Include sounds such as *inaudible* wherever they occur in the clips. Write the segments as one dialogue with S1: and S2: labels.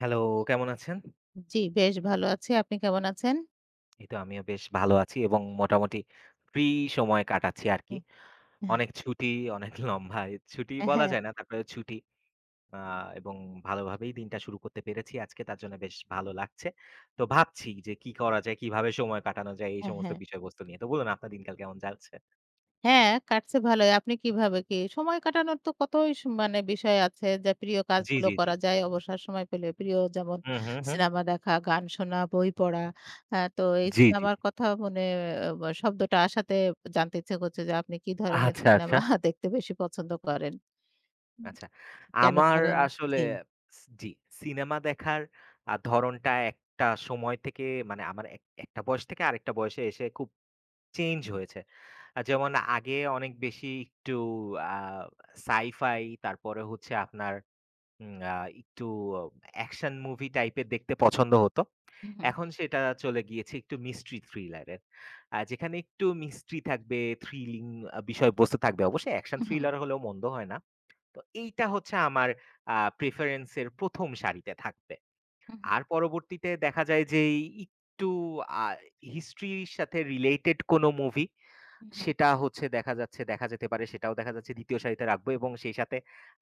S1: Hello, কেমন আছেন?
S2: জি, বেশ ভালো আছি। আপনি কেমন আছেন?
S1: এই তো আমিও বেশ ভালো আছি এবং মোটামুটি ফ্রি সময় কাটাচ্ছি আরকি। অনেক ছুটি, অনেক *laughs* লম্বা এই ছুটি
S2: হ্যাঁ,
S1: বলা
S2: হ্যাঁ,
S1: যায় না। তারপরেও ছুটি। আ এবং ভালোভাবেই দিনটা শুরু করতে পেরেছি আজকে তার জন্য বেশ ভালো লাগছে। তো ভাবছি যে কি করা যায়, কিভাবে সময় কাটানো যায় এই সমস্ত
S2: হ্যাঁ।
S1: বিষয়বস্তু নিয়ে। তো বলুন আপনার দিনকাল কেমন যাচ্ছে?
S2: হ্যাঁ, কাটছে ভালোই। আপনি কিভাবে কি? সময় কাটানোর তো কতই স মানে বিষয় আছে যে প্রিয়
S1: জি,
S2: কাজগুলো
S1: জি, জি।
S2: করা যায় অবসর সময় পেলে। প্রিয় যেমন
S1: হুম, হুম, হুম।
S2: সিনেমা দেখা, গান শোনা, বই পড়া। তো এই
S1: জি, জি,
S2: সিনেমার
S1: জি।
S2: কথা মনে শব্দটা আসাতে জানতে ইচ্ছে করছে যে আপনি কি ধরনের
S1: আচ্ছা,
S2: সিনেমা
S1: আচ্ছা।
S2: *laughs* দেখতে বেশি পছন্দ করেন? উম
S1: আচ্ছা।
S2: কেন
S1: আমার
S2: করেন?
S1: আসলে
S2: জি।
S1: জি, সিনেমা দেখার ধরণটা একটা সময় থেকে মানে আমার এক একটা বয়স থেকে আরেকটা বয়সে এসে খুব চেঞ্জ
S2: হুম,
S1: হয়েছে। যেমন আগে অনেক বেশি একটু আ সাই-ফাই তারপরে হচ্ছে আপনার উম আ একটু অ্যাকশন মুভি টাইপের দেখতে পছন্দ হতো।
S2: হুম, হুম,
S1: এখন সেটা চলে গিয়েছে একটু মিস্ট্রি থ্রিলারের। যেখানে একটু মিস্ট্রি থাকবে, থ্রিলিং বিষয়বস্তু থাকবে। অবশ্যই অ্যাকশন
S2: হুম,
S1: থ্রিলার হলেও মন্দ হয় না। তো এইটা হচ্ছে আমার প্রেফারেন্স এর ১ম সারিতে থাকবে।
S2: হুম,
S1: আর পরবর্তীতে দেখা যায় যে এই একটু আ হিস্ট্রির সাথে রিলেটেড কোনো মুভি
S2: হুম, হুম।
S1: সেটা হচ্ছে দেখা যাচ্ছে দেখা যেতে পারে সেটাও দেখা যাচ্ছে ২য় সারিতে রাখবো এবং সেই সাথে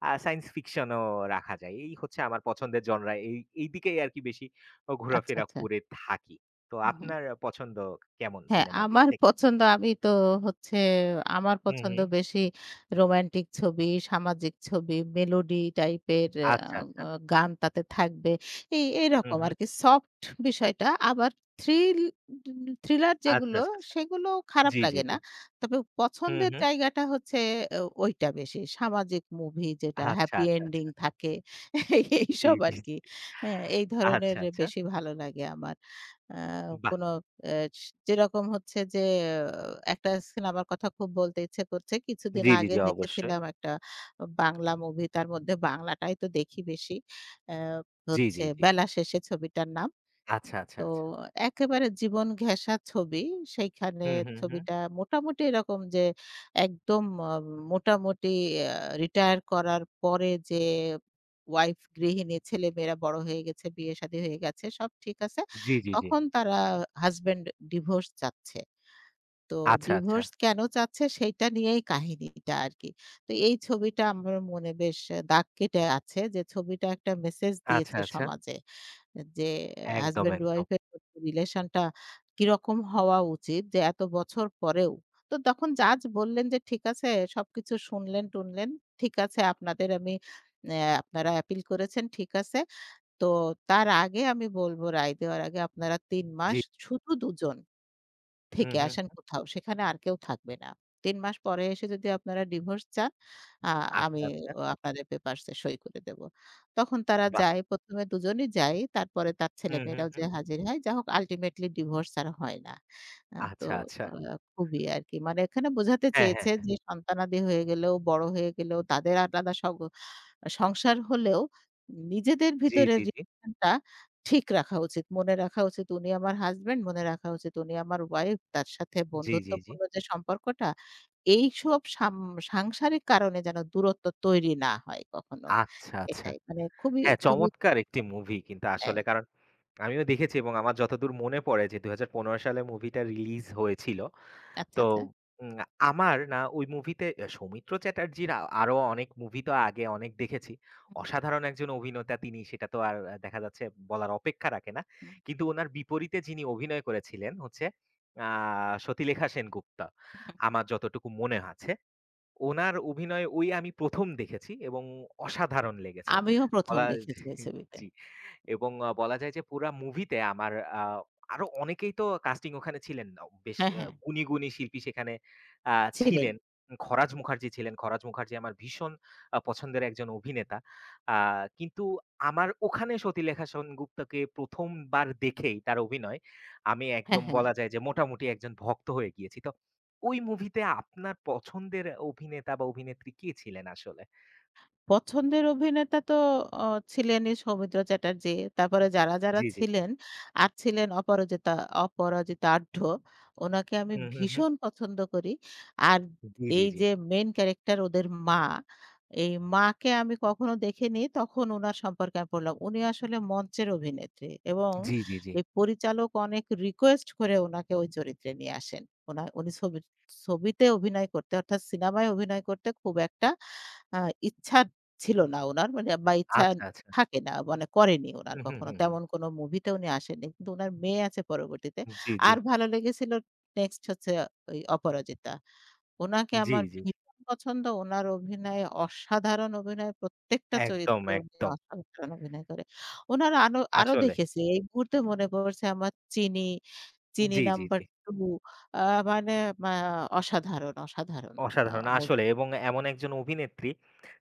S1: সায়েন্স ফিকশন ও রাখা যায়। এই হচ্ছে আমার পছন্দের জনরা। এই এই দিকেই আরকি বেশি
S2: আচ্ছা,
S1: ঘোরাফেরা
S2: আচ্ছা।
S1: করে থাকি। তো
S2: হুম, হুম।
S1: আপনার পছন্দ কেমন
S2: হ্যাঁ,
S1: সিনেমার দিক
S2: আমার
S1: থেকে?
S2: পছন্দ আমি তো হচ্ছে আমার
S1: হুম,
S2: পছন্দ
S1: হুম।
S2: বেশি রোমান্টিক ছবি, সামাজিক ছবি, মেলোডি টাইপের আ
S1: আচ্ছা, আচ্ছা।
S2: আ গান তাতে থাকবে। এই
S1: হুম,
S2: এরকম
S1: হুম।
S2: আরকি সফট বিষয়টা। আবার থ্রিল থ্রিলার
S1: আচ্ছা,
S2: যেগুলো
S1: আচ্ছা, আচ্ছা।
S2: সেগুলো খারাপ
S1: জি, জি,
S2: লাগে
S1: জি।
S2: না। তবে
S1: হুম,
S2: পছন্দের
S1: হুম।
S2: জায়গাটা হচ্ছে ওইটা বেশি। সামাজিক মুভি যেটা
S1: আচ্ছা,
S2: হ্যাপি
S1: আচ্ছা,
S2: এন্ডিং
S1: আচ্ছা।
S2: থাকে *laughs*
S1: জি,
S2: এইসব
S1: জি,
S2: আরকি।
S1: জি।
S2: হ্যাঁ, এই ধরনের
S1: আচ্ছা, আচ্ছা।
S2: বেশি ভালো লাগে আমার। আ
S1: বাহ!
S2: কোনো এ যেরকম হচ্ছে যে আহ, একটা সিনেমার কথা খুব বলতে ইচ্ছে করছে। কিছুদিন
S1: জি, জি,
S2: আগে
S1: জি, অবশ্যই।
S2: দেখেছিলাম একটা বাংলা মুভি। তার মধ্যে বাংলাটাই তো দেখি বেশি। অ্যা
S1: জি,
S2: হচ্ছে
S1: জি, জি।
S2: 'বেলা শেষে' ছবিটার নাম।
S1: আচ্ছা, আচ্ছা,
S2: তো
S1: আচ্ছা।
S2: একেবারে জীবন ঘেঁষা ছবি। সেইখানে
S1: হুম, হুম, হুম।
S2: ছবিটা মোটামুটি এরকম যে একদম মোটামুটি আ রিটায়ার করার পরে যে ওয়াইফ গৃহিণী, ছেলেমেয়েরা বড় হয়ে গেছে, বিয়ে-শাদী হয়ে গেছে, সব ঠিক আছে।
S1: জি, জি, জি।
S2: তখন তারা হাসব্যান্ড ডিভোর্স চাচ্ছে। তো
S1: আচ্ছা, আচ্ছা।
S2: ডিভোর্স কেন চাচ্ছে সেইটা নিয়েই কাহিনীটা আরকি। তো এই ছবিটা আমার মনে বেশ দাগ কেটে আছে যে ছবিটা একটা মেসেজ
S1: আচ্ছা,
S2: দিয়েছে
S1: আচ্ছা।
S2: সমাজে। যে
S1: একদম,
S2: হাসব্যান্ড
S1: একদম।
S2: ওয়াইফ এর রিলেশনটা কিরকম হওয়া উচিত যে এত বছর পরেও। তো তখন জাজ বললেন যে ঠিক আছে সবকিছু শুনলেন টুনলেন। ঠিক আছে আপনাদের আমি আপনারা অ্যাপিল করেছেন ঠিক আছে। তো তার আগে আমি বলব রায় দেওয়ার আগে আপনারা ৩
S1: জি।
S2: মাস শুধু ২ জন
S1: হুম,
S2: থেকে
S1: হুম।
S2: আসেন কোথাও। সেখানে আর কেউ থাকবে না। ৩ মাস পরে এসে যদি আপনারা ডিভোর্স চান, আ আমি
S1: আচ্ছা, আচ্ছা।
S2: আপনাদের পেপারস এ সই করে দেব। তখন তারা
S1: বাহ!
S2: যায়। ১ম এ দুজনই যায়। তারপরে তার
S1: হুম, হুম,
S2: ছেলেমেয়েরাও
S1: হুম।
S2: যেয়ে হাজির হয়। যাই হোক আল্টিমেটলি ডিভোর্স আর হয় না। আ তো
S1: আচ্ছা, আচ্ছা।
S2: আ খুবই আরকি মানে এখানে বোঝাতে
S1: হ্যাঁ, হ্যাঁ,
S2: চেয়েছে
S1: হ্যাঁ।
S2: যে সন্তানাদি হয়ে গেলেও, বড় হয়ে গেলেও তাদের আলাদা সংসার হলেও নিজেদের
S1: জি,
S2: ভিতরের
S1: জি, জি।
S2: রিলেশনটা ঠিক রাখা উচিত। মনে রাখা উচিত উনি আমার হাসব্যান্ড, মনে রাখা উচিত উনি আমার ওয়াইফ। তার সাথে
S1: জি, জি, জি।
S2: বন্ধুত্বপূর্ণ যে সম্পর্কটা, এইসব সাংসারিক কারণে যেন দূরত্ব তৈরি না হয় কখনো।
S1: আচ্ছা, আচ্ছা।
S2: এটাই। মানে খুবই,
S1: হ্যাঁ,
S2: খুবই
S1: চমৎকার একটি
S2: চমৎকার।
S1: মুভি কিন্তু
S2: হ্যাঁ।
S1: আসলে কারণ আমিও দেখেছি এবং আমার যতদূর মনে পড়ে যে ২০১৫ সালে মুভিটা রিলিজ হয়েছিল।
S2: আচ্ছা,
S1: তো
S2: আচ্ছা।
S1: উম আমার না ওই মুভিতে সৌমিত্র চ্যাটার্জির আরো অনেক মুভি তো আগে অনেক দেখেছি।
S2: হুম,
S1: অসাধারণ একজন অভিনেতা তিনি সেটা তো আর দেখা যাচ্ছে বলার অপেক্ষা রাখে না।
S2: হুম,
S1: কিন্তু উনার বিপরীতে যিনি অভিনয় করেছিলেন হচ্ছে আ সতীলেখা সেনগুপ্ত।
S2: হুম, হুম।
S1: আমার যতটুকু মনে আছে। উনার অভিনয় ওই আমি ১ম দেখেছি এবং অসাধারণ লেগেছে।
S2: আমিও ১ম
S1: বলা
S2: দেখেছি ওই ছবিতে।
S1: জি। এবং বলা যায় যে পুরা মুভিতে আমার আ আরো অনেকেই তো কাস্টিং ওখানে ছিলেন। বেশ
S2: হ্যাঁ, হ্যাঁ।
S1: গুণী, গুণী শিল্পী সেখানে আ
S2: ছিলেন।
S1: ছিলেন। খরাজ মুখার্জি ছিলেন। খরাজ মুখার্জি আমার ভীষণ পছন্দের একজন অভিনেতা। আ কিন্তু আমার ওখানে সতীলেখা সেনগুপ্তকে ১ম বার দেখেই তার অভিনয় আমি
S2: হ্যাঁ,
S1: একদম
S2: হ্যাঁ।
S1: বলা যায় যে মোটামুটি একজন ভক্ত হয়ে গিয়েছি। তো ওই মুভিতে আপনার পছন্দের অভিনেতা বা অভিনেত্রী কে ছিলেন আসলে?
S2: পছন্দের অভিনেতা তো অ ছিলেনই সৌমিত্র চ্যাটার্জী। তারপরে যারা, যারা
S1: জি, জি।
S2: ছিলেন, আর ছিলেন অপরাজিতা অপরাজিতা আঢ্য। ওনাকে আমি
S1: হুম, হুম, হুম।
S2: ভীষণ পছন্দ করি। আর
S1: জি, জি,
S2: এই
S1: জি।
S2: যে মেইন ক্যারেক্টার ওদের মা, এই মাকে আমি কখনো দেখিনি। তখন উনার সম্পর্কে আমি পড়লাম। উনি আসলে মঞ্চের অভিনেত্রী এবং
S1: জি, জি, জি।
S2: এই পরিচালক অনেক রিকোয়েস্ট করে ওনাকে ওই চরিত্রে নিয়ে আসেন। উনি ছবিতে অভিনয় করতে অর্থাৎ সিনেমায় অভিনয় করতে খুব একটা আ ইচ্ছা ছিল না উনার মানে বা ইচ্ছা
S1: আচ্ছা, আচ্ছা।
S2: থাকে না মানে করেনি উনার
S1: হুম, হুম,
S2: কখনো।
S1: হুম, হুম।
S2: তেমন কোনো মুভিতে উনি আসেননি। কিন্তু উনার মেয়ে আছে পরবর্তীতে।
S1: জি, জি,
S2: আর ভালো লেগেছিল নেক্সট হচ্ছে ওই অপরাজিতা। উনাকে
S1: জি,
S2: আমার
S1: জি।
S2: ভীষণ পছন্দ। উনার অভিনয়ে অসাধারণ অভিনয়। প্রত্যেকটা
S1: একদম,
S2: চরিত্রে উনি
S1: একদম।
S2: অসাধারণ অভিনয় করে। উনার আরো
S1: আসলে।
S2: দেখেছি। এই মুহূর্তে মনে পড়ছে আমার চিনি, চিনি
S1: জি, জি,
S2: নাম্বার
S1: জি।
S2: 2। আ মানে মা অসাধারণ, অসাধারণ আ
S1: অসাধারণ আসলে
S2: মুভি।
S1: এবং এমন একজন অভিনেত্রী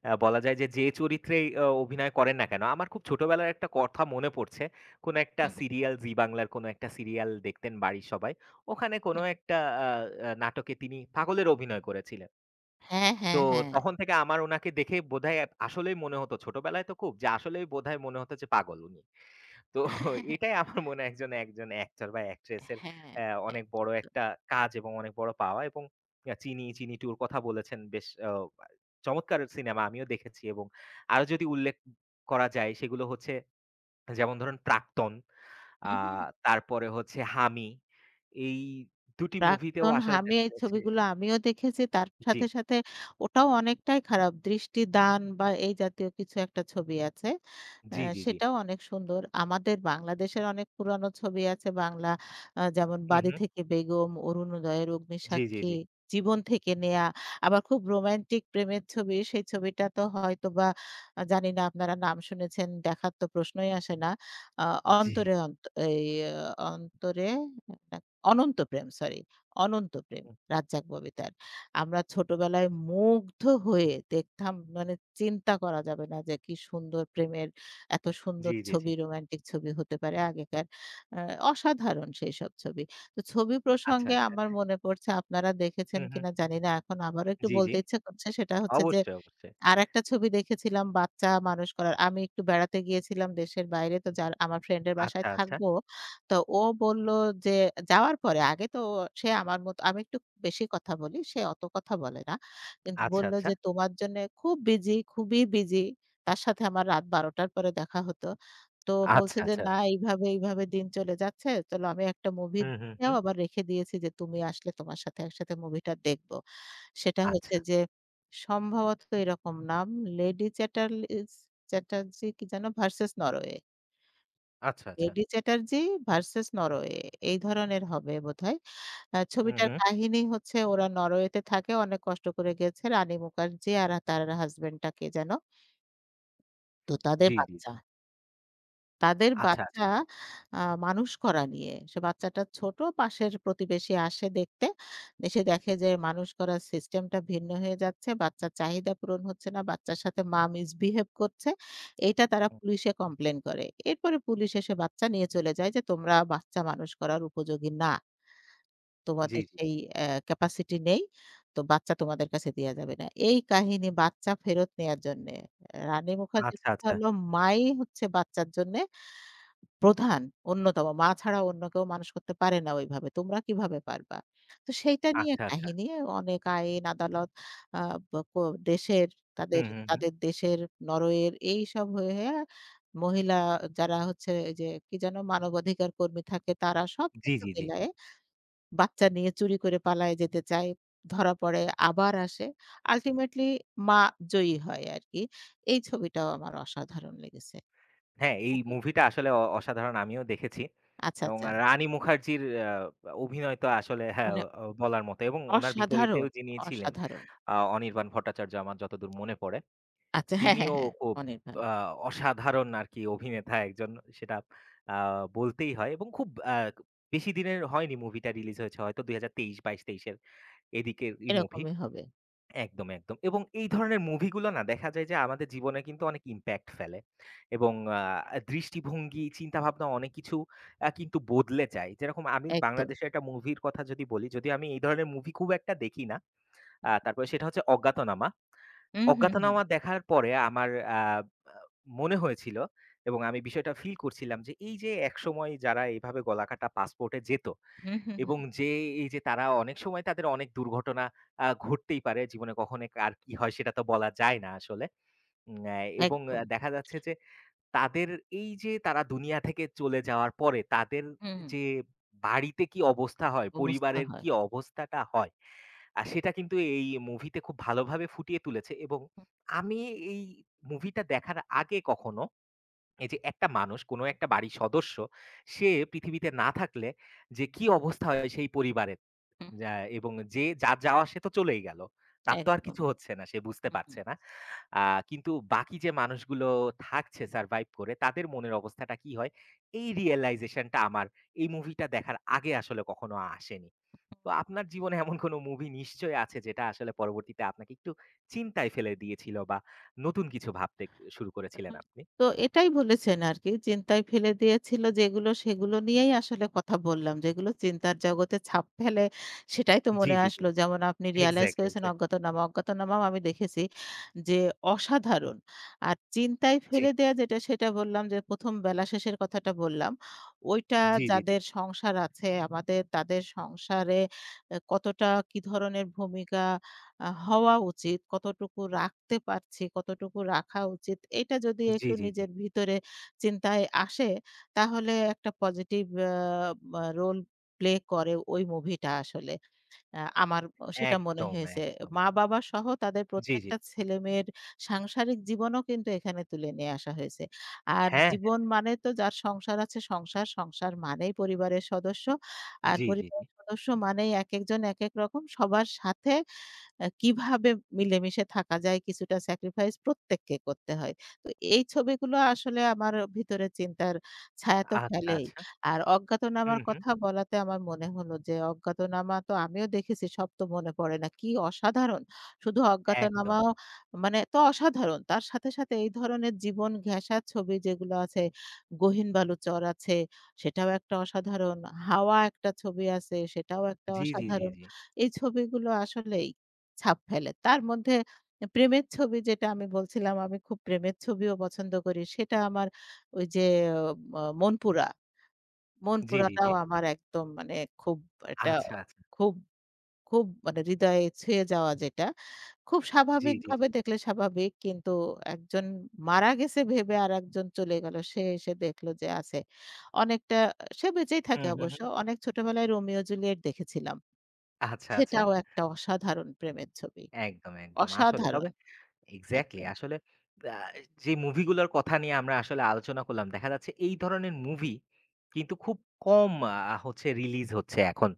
S1: বলা যায় যে, যে চরিত্রেই অভিনয় করেন না কেন, আমার খুব ছোটবেলার একটা কথা মনে পড়ছে। কোনো একটা
S2: হুম, হুম,
S1: সিরিয়াল জি বাংলার কোনো একটা সিরিয়াল দেখতেন বাড়ির সবাই। ওখানে কোনো
S2: হুম।
S1: একটা আ আ নাটকে তিনি পাগলের অভিনয় করেছিলেন।
S2: হ্যাঁ,
S1: তো
S2: হ্যাঁ, হ্যাঁ।
S1: তখন থেকে আমার উনাকে দেখে বোধহয় আসলেই মনে হতো ছোটবেলায় তো খুব যে আসলেই বোধহয় মনে হতো যে পাগল উনি। তো এটাই
S2: *laughs*
S1: আমার মনে হয় একজন, একজন অ্যাক্টর বা অ্যাক্ট্রেস এর
S2: হ্যাঁ, হ্যাঁ,
S1: অ্যা
S2: হ্যাঁ।
S1: অনেক বড় একটা কাজ এবং অনেক বড় পাওয়া এবং 'চিনি, চিনি টু' র কথা বলেছেন বেশ চমৎকার সিনেমা আমিও দেখেছি এবং আরো যদি উল্লেখ করা যায় সেগুলো হচ্ছে যেমন ধরুন 'প্রাক্তন' আ
S2: হু, হু।
S1: তারপরে হচ্ছে 'হামি' এই ২ টি মুভিতেও
S2: প্রাক্তন
S1: আসলে
S2: হামি
S1: দেখা
S2: এই
S1: যাচ্ছে
S2: ছবিগুলো আমিও দেখেছি। তার
S1: জি,
S2: সাথে, সাথে ওটাও অনেকটাই খারাপ। দৃষ্টিদান বা এই জাতীয় কিছু একটা ছবি আছে। আ
S1: জি, জি, জি।
S2: সেটাও অনেক সুন্দর। আমাদের বাংলাদেশের অনেক পুরানো ছবি আছে বাংলা যেমন
S1: হু,
S2: 'বাড়ি
S1: হু।
S2: থেকে বেগম', 'অরুণোদয়ের
S1: জি, জি, জি।
S2: অগ্নিসাক্ষী', 'জীবন থেকে নেয়া'। আবার খুব রোমান্টিক প্রেমের ছবি। সেই ছবিটা তো হয়তোবা জানি না আপনারা নাম শুনেছেন, দেখার তো প্রশ্নই আসে না। আ
S1: জি।
S2: 'অন্তরে অন্ত' এই 'অন্তরে' না 'অনন্ত প্রেম' সরি। অনন্ত প্রেম
S1: হুম,
S2: রাজ্জাক ববিতার। আমরা ছোটবেলায় মুগ্ধ হয়ে দেখতাম মানে চিন্তা করা যাবে না যে কি সুন্দর প্রেমের এত সুন্দর
S1: জি, জি, জি।
S2: ছবি রোমান্টিক ছবি হতে পারে আগেকার। আ অসাধারণ সেইসব ছবি। তো ছবি
S1: আচ্ছা,
S2: প্রসঙ্গে
S1: আচ্ছা।
S2: আমার মনে পড়ছে আপনারা
S1: হু,
S2: দেখেছেন
S1: হু।
S2: কিনা জানি না। এখন আবারও একটু
S1: জি, জি।
S2: বলতে ইচ্ছে করছে সেটা হচ্ছে যে
S1: অবশ্যই, অবশ্যই।
S2: আরেকটা ছবি দেখেছিলাম বাচ্চা মানুষ করার। আমি একটু বেড়াতে গিয়েছিলাম দেশের বাইরে। তো যার আমার ফ্রেন্ডের বাসায়
S1: আচ্ছা, আচ্ছা।
S2: থাকবো। তো ও বলল যে যাওয়ার পরে আগে তো সে আমার মতো আমি একটু বেশি কথা বলি। সে অত কথা বলে না। কিন্তু
S1: আচ্ছা,
S2: বলল
S1: আচ্ছা।
S2: যে, "তোমার জন্যে খুব বিজি, খুবই বিজি।" তার সাথে আমার রাত ১২ঃ০০ র পরে দেখা হতো। তো
S1: আচ্ছা,
S2: বলছে যে,
S1: আচ্ছা,
S2: "না
S1: আচ্ছা।
S2: এইভাবে, এইভাবে দিন চলে যাচ্ছে। চলো আমি একটা মুভি
S1: হুম, হুম,
S2: দেখেও
S1: হুম।
S2: আবার রেখে দিয়েছি যে তুমি আসলে তোমার সাথে একসাথে মুভিটা দেখব।" সেটা
S1: আচ্ছা,
S2: হচ্ছে যে সম্ভবত এরকম নাম লেডি চ্যাটার্লিস চ্যাটার্জি কি যেন ভার্সেস নরওয়ে।
S1: আচ্ছা, আচ্ছা।
S2: লেডি চ্যাটার্জি ভার্সেস নরওয়ে এই ধরনের হবে বোধহয়।
S1: হুম,
S2: ছবিটার
S1: হুম।
S2: কাহিনী হচ্ছে ওরা নরওয়েতে থাকে অনেক কষ্ট করে গেছে রানী মুখার্জি আর তার হাসব্যান্ড টা কে যেন? তো তাদের
S1: জি, জি, জি।
S2: বাচ্চা। তাদের
S1: আচ্ছা,
S2: বাচ্চা
S1: আচ্ছা।
S2: আ মানুষ করা নিয়ে। সে বাচ্চাটা ছোট, পাশের প্রতিবেশী আসে দেখতে। এসে দেখে যে মানুষ করার সিস্টেমটা ভিন্ন হয়ে যাচ্ছে। বাচ্চার চাহিদা পূরণ হচ্ছে না। বাচ্চার সাথে মা মিসবিহেভ করছে। এইটা তারা
S1: হুম।
S2: পুলিশে কমপ্লেইন করে। এরপরে পুলিশ এসে বাচ্চা নিয়ে চলে যায় যে তোমরা বাচ্চা মানুষ করার উপযোগী না।
S1: জি,
S2: তোমাদের
S1: জি, জি।
S2: সেই ক্যাপাসিটি নেই। তো বাচ্চা তোমাদের কাছে দেয়া যাবে না। এই কাহিনী বাচ্চা ফেরত নেয়ার জন্যে। রানী মুখার্জির
S1: আচ্ছা,
S2: কথা
S1: আচ্ছা,
S2: হলো মাই হচ্ছে বাচ্চার জন্যে প্রধান অন্যতম। মা ছাড়া অন্য কেউ মানুষ করতে পারে না ওইভাবে। তোমরা কিভাবে পারবা? তো সেইটা নিয়ে
S1: আচ্ছা, আচ্ছা।
S2: কাহিনী অনেক আইন আদালত আ ব কো দেশের তাদের,
S1: হুম, হুম, হুম।
S2: তাদের দেশের নরওয়ের এইসব হয়ে, হয়ে মহিলা যারা হচ্ছে এই যে কি যেন মানবাধিকার কর্মী থাকে তারা
S1: জি,
S2: সবকিছু
S1: জি, জি, জি।
S2: মিলায়ে বাচ্চা নিয়ে চুরি করে পালায়ে যেতে চায়। ধরা পড়ে আবার আসে। আল্টিমেটলি মা জয়ী হয় আরকি। এই ছবিটাও আমার অসাধারণ লেগেছে।
S1: হ্যাঁ, এই
S2: খুবই
S1: মুভিটা আসলে অসাধারণ আমিও দেখেছি।
S2: আচ্ছা,
S1: এবং
S2: আচ্ছা।
S1: রানি মুখার্জির আ অভিনয় তো আসলে হ্যাঁ,
S2: মানে
S1: বলার মতো এবং উনার বিপরীতেও
S2: অসাধারণ,
S1: যিনি ছিলেন
S2: অসাধারণ।
S1: অনির্বাণ ভট্টাচার্য আমার যতদূর মনে পড়ে।
S2: আচ্ছা, হ্যাঁ, হ্যাঁ,
S1: তিনিও
S2: হ্যাঁ,
S1: খুব
S2: অনির্বাণ।
S1: আ অসাধারণ আরকি অভিনেতা একজন সেটা আ বলতেই হয় এবং খুব বেশি দিনের হয়নি মুভিটা রিলিজ হয়েছে হয়তো ২০২৩-২২-২৩ এর এদিকেরই মুভি।
S2: এরকমই হবে।
S1: একদম, একদম। এবং এই ধরনের মুভিগুলো না দেখা যায় যে আমাদের জীবনে কিন্তু অনেক ইমপ্যাক্ট ফেলে এবং দৃষ্টিভঙ্গি, চিন্তাভাবনা অনেক কিছু কিন্তু বদলে যায়। যেরকম আমি
S2: একদম।
S1: বাংলাদেশের একটা মুভির কথা যদি বলি, যদিও আমি এই ধরনের মুভি খুব একটা দেখি না। তারপরে সেটা হচ্ছে 'অজ্ঞাতনামা।'
S2: হুম, হুম, হুম।
S1: অজ্ঞাতনামা দেখার পরে আমার আ আ মনে হয়েছিল এবং আমি বিষয়টা ফিল করছিলাম যে, এই যে একসময় যারা এভাবে গলাকাটা পাসপোর্টে যেত
S2: হুম, হুম,
S1: এবং
S2: হুম।
S1: যে এই যে তারা অনেক সময় তাদের অনেক দুর্ঘটনা ঘটতেই পারে। জীবনে কখন আর কি হয় সেটা তো বলা যায় না আসলে। উম অ্যা
S2: হুম,
S1: এবং
S2: একদম।
S1: দেখা যাচ্ছে যে তাদের এই যে তারা দুনিয়া থেকে চলে যাওয়ার পরে তাদের
S2: হুম।
S1: যে বাড়িতে কি অবস্থা হয়,
S2: হুম, অবস্থা
S1: পরিবারের
S2: হয়।
S1: কি অবস্থাটা হয়, সেটা কিন্তু এই মুভিতে খুব ভালোভাবে ফুটিয়ে তুলেছে এবং
S2: হুম,
S1: আমি এই মুভিটা দেখার আগে কখনো এই যে একটা মানুষ কোনো একটা বাড়ির সদস্য, সে পৃথিবীতে না থাকলে যে কি অবস্থা হয় সেই পরিবারের
S2: হুম।
S1: যা এবং যে যার যাওয়া সে তো চলেই গেল। তার তো আর কিছু
S2: একদমই।
S1: হচ্ছে না, সে বুঝতে
S2: হুম, হুম।
S1: পারছে না। আ কিন্তু বাকি যে মানুষগুলো থাকছে সারভাইভ করে তাদের মনের অবস্থাটা কি হয়? এই রিয়ালাইজেশন টা আমার এই মুভিটা দেখার আগে আসলে কখনো আসেনি। তো
S2: হুম।
S1: আপনার জীবনে এমন কোনো মুভি নিশ্চয়ই আছে যেটা আসলে পরবর্তীতে আপনাকে একটু চিন্তায় ফেলে দিয়েছিল বা নতুন কিছু ভাবতে শুরু
S2: আ
S1: করেছিলেন আপনি?
S2: তো এটাই বলেছেন আরকি। চিন্তায় ফেলে দিয়েছিল যেগুলো, সেগুলো নিয়েই আসলে কথা বললাম। যেগুলো চিন্তার জগতে ছাপ ফেলে, সেটাই তো
S1: জি,
S2: মনে
S1: জি, জি।
S2: আসলো। যেমন আপনি রিয়ালাইজ
S1: এক্সাক্টলি,
S2: করেছেন
S1: এক্সাক্টলি।
S2: অজ্ঞাতনামা। অজ্ঞাতনামাও আমি দেখেছি যে
S1: হুম,
S2: অসাধারণ। আর চিন্তায়
S1: জি,
S2: ফেলে দেয়া যেটা, সেটা বললাম যে ১ম বেলা শেষের কথাটা বললাম। ওইটা
S1: জি, জি, জি,
S2: যাদের সংসার আছে আমাদের, তাদের সংসারে কতটা কি ধরনের ভূমিকা হওয়া উচিত, কতটুকু রাখতে পারছি, কতটুকু রাখা উচিত এটা যদি
S1: জি,
S2: একটু
S1: জি, জি।
S2: নিজের ভিতরে চিন্তায় আসে তাহলে একটা পজিটিভ আ বা রোল প্লে করে ওই মুভিটা আসলে। আমার সেটা মনে
S1: একদম,
S2: হয়েছে।
S1: একদম।
S2: মা-বাবা সহ তাদের
S1: জি, জি।
S2: প্রত্যেকটা ছেলেমেয়ের সাংসারিক জীবনও কিন্তু এখানে তুলে নিয়ে আসা হয়েছে। আর
S1: হ্যাঁ,
S2: জীবন
S1: হ্যাঁ।
S2: মানে তো যার সংসার আছে সংসার, সংসার মানেই পরিবারের সদস্য। আর
S1: জি, জি, জি।
S2: পরিবারের সদস্য মানেই একেকজন একেক রকম। সবার সাথে কিভাবে মিলেমিশে থাকা যায় কিছুটা স্যাক্রিফাইস প্রত্যেককে করতে হয়। তো এই ছবিগুলো আসলে আমার ভিতরে চিন্তার ছায়া তো
S1: আচ্ছা,
S2: ফেলেই।
S1: আচ্ছা।
S2: আর অজ্ঞাতনামার
S1: হুম, হুম।
S2: কথা বলাতে আমার মনে হলো যে অজ্ঞাতনামা তো আমিও দেখেছি সব তো মনে পড়ে না। কি অসাধারণ! শুধু
S1: একদম।
S2: অজ্ঞাতনামাও মানে তো অসাধারণ। তার সাথে, সাথে এই ধরনের জীবন ঘেঁষা ছবি যেগুলো আছে, 'গহীন বালুচর' আছে সেটাও একটা অসাধারণ। 'হাওয়া' একটা ছবি আছে সেটাও একটা
S1: জি, জি, জি,
S2: অসাধারণ।
S1: জি।
S2: এই ছবিগুলো আসলেই ছাপ ফেলে। তার মধ্যে প্রেমের ছবি যেটা আমি বলছিলাম, আমি খুব প্রেমের ছবিও পছন্দ করি। সেটা আমার ওই যে ম মনপুরা,
S1: জি, জি, জি।
S2: মনপুরাটাও আমার একদম মানে খুব এটা
S1: আচ্ছা, আচ্ছা।
S2: খুব, খুব মানে হৃদয়ে ছুঁয়ে যাওয়া যেটা। খুব
S1: জি, জি, জি।
S2: স্বাভাবিকভাবে দেখলে স্বাভাবিক কিন্তু একজন মারা গেছে ভেবে আরেকজন চলে গেল। সে এসে দেখল যে আছে। অনেকটা সে বেঁচেই থাকে
S1: হুম, হুম,
S2: অবশ্য।
S1: হুম।
S2: অনেক ছোটবেলায় রোমিও জুলিয়েট দেখেছিলাম।
S1: আচ্ছা, আচ্ছা।
S2: সেটাও একটা অসাধারণ প্রেমের ছবি।
S1: একদম, একদম। আসলে
S2: অসাধারণ!
S1: তবে এক্সাক্টলি
S2: একদম।
S1: আসলে আ যে মুভিগুলোর কথা নিয়ে আমরা আসলে আলোচনা করলাম, দেখা যাচ্ছে এই
S2: হুম,
S1: ধরনের মুভি কিন্তু খুব কম হচ্ছে রিলিজ হচ্ছে এখন।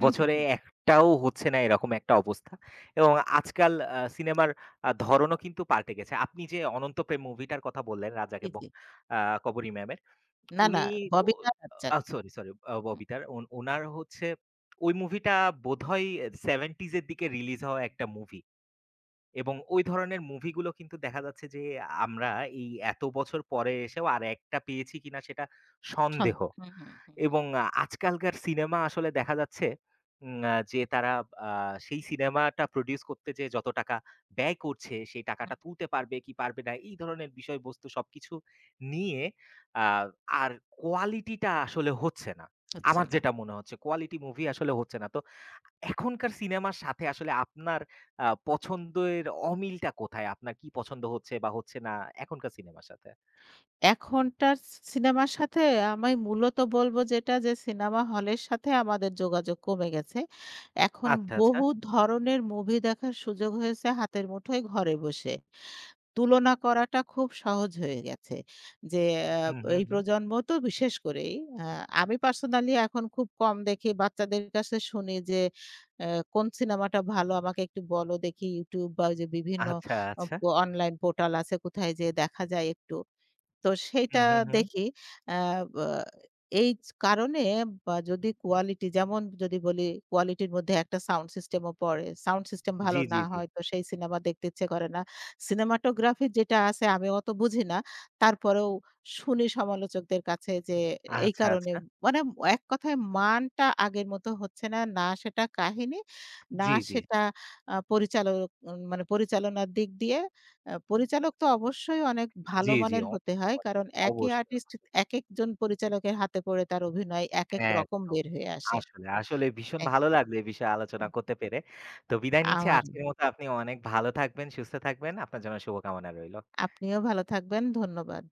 S2: হুম, হুম,
S1: বছরে
S2: হুম।
S1: ১ টাও হচ্ছে না এরকম একটা অবস্থা। এবং আজকাল সিনেমার ধরনও কিন্তু পাল্টে গেছে। আপনি যে 'অনন্ত প্রেম' মুভিটার কথা বললেন রাজাক
S2: জি,
S1: এবং
S2: জি।
S1: আ কবরী ম্যামের
S2: না, না
S1: উনি ও
S2: ববিতা রাজ্জাক।
S1: আ সরি, সরি
S2: হুম,
S1: ববিতার। ওনার হচ্ছে ওই মুভিটা বোধহয় 70s এর দিকে রিলিজ হওয়া একটা মুভি। এবং ওই ধরনের মুভিগুলো কিন্তু দেখা যাচ্ছে যে আমরা এই এত বছর পরে এসেও আরেকটা পেয়েছি কিনা সেটা
S2: সন
S1: সন্দেহ।
S2: হুম, হুম, হুম,
S1: এবং আজকালকার সিনেমা আসলে দেখা যাচ্ছে উম আ যে তারা আ সেই সিনেমাটা প্রোডিউস করতে যেয়ে যত টাকা ব্যয় করছে, সেই
S2: হুম,
S1: টাকাটা তুলতে পারবে কি পারবে না, এই ধরনের বিষয়বস্তু সবকিছু নিয়ে আ আর কোয়ালিটিটা আসলে হচ্ছে না।
S2: হচ্ছে
S1: আমার
S2: না।
S1: যেটা মনে হচ্ছে কোয়ালিটি মুভি আসলে হচ্ছে না। তো এখনকার সিনেমার সাথে আসলে আপনার পছন্দের অমিলটা কোথায়? আপনার কি পছন্দ হচ্ছে বা হচ্ছে না এখনকার সিনেমার সাথে?
S2: এখনটার সিনেমার সাথে আমি মূলত বলব যেটা যে সিনেমা হলের সাথে আমাদের যোগাযোগ কমে গেছে। এখন
S1: আচ্ছা, আচ্ছা।
S2: বহু ধরনের মুভি দেখার সুযোগ হয়েছে হাতের মুঠোয় ঘরে বসে। তুলনা করাটা খুব সহজ হয়ে গেছে। যে আ
S1: হুম, হুম,
S2: এই
S1: হুম।
S2: প্রজন্ম তো বিশেষ করেই আ আমি পার্সোনালি এখন খুব কম দেখি বাচ্চাদের কাছে শুনি যে আ "কোন সিনেমাটা ভালো আমাকে একটু বলো দেখি YouTube" বা ওই যে বিভিন্ন
S1: আচ্ছা,
S2: অ
S1: আচ্ছা।
S2: অনলাইন পোর্টাল আছে কোথায় যেয়ে দেখা যায় একটু। তো সেইটা
S1: হুম, হুম, হুম।
S2: দেখি আ বা এই কারণে বা যদি কোয়ালিটি যেমন যদি বলি কোয়ালিটির মধ্যে একটা সাউন্ড সিস্টেম ও পড়ে। সাউন্ড সিস্টেম ভালো
S1: জি,
S2: না
S1: জি, জি।
S2: হয় তো সেই সিনেমা দেখতে ইচ্ছে করে না। সিনেমাটোগ্রাফি যেটা আছে আমি অত বুঝি না। তারপরেও শুনি সমালোচকদের কাছে যে এই
S1: আচ্ছা,
S2: কারণে
S1: আচ্ছা।
S2: মানে এক কথায় মানটা আগের মতো হচ্ছে না। না সেটা কাহিনী, না
S1: জি, জি,
S2: সেটা পরিচালক মানে পরিচালনার দিক দিয়ে পরিচালক তো অবশ্যই অনেক ভালো
S1: জি, জি।
S2: মানের হতে হয়।
S1: অনেক।
S2: কারণ একই
S1: অবশ্যই,
S2: আর্টিস্ট
S1: অবশ্যই।
S2: একেকজন পরিচালকের হাতে পড়ে তার অভিনয় একেক রকম
S1: একদম।
S2: বের হয়ে আসে।
S1: আসলে, আসলে ভীষণ
S2: এ
S1: ভালো লাগলো এ বিষয়ে আলোচনা করতে পেরে। তো বিদায় নিচ্ছি।
S2: আমার।
S1: আজকের মতো আপনি অনেক ভালো থাকবেন, সুস্থ থাকবেন। আপনার জন্য শুভকামনা রইল।
S2: আপনিও ভালো থাকবেন। ধন্যবাদ।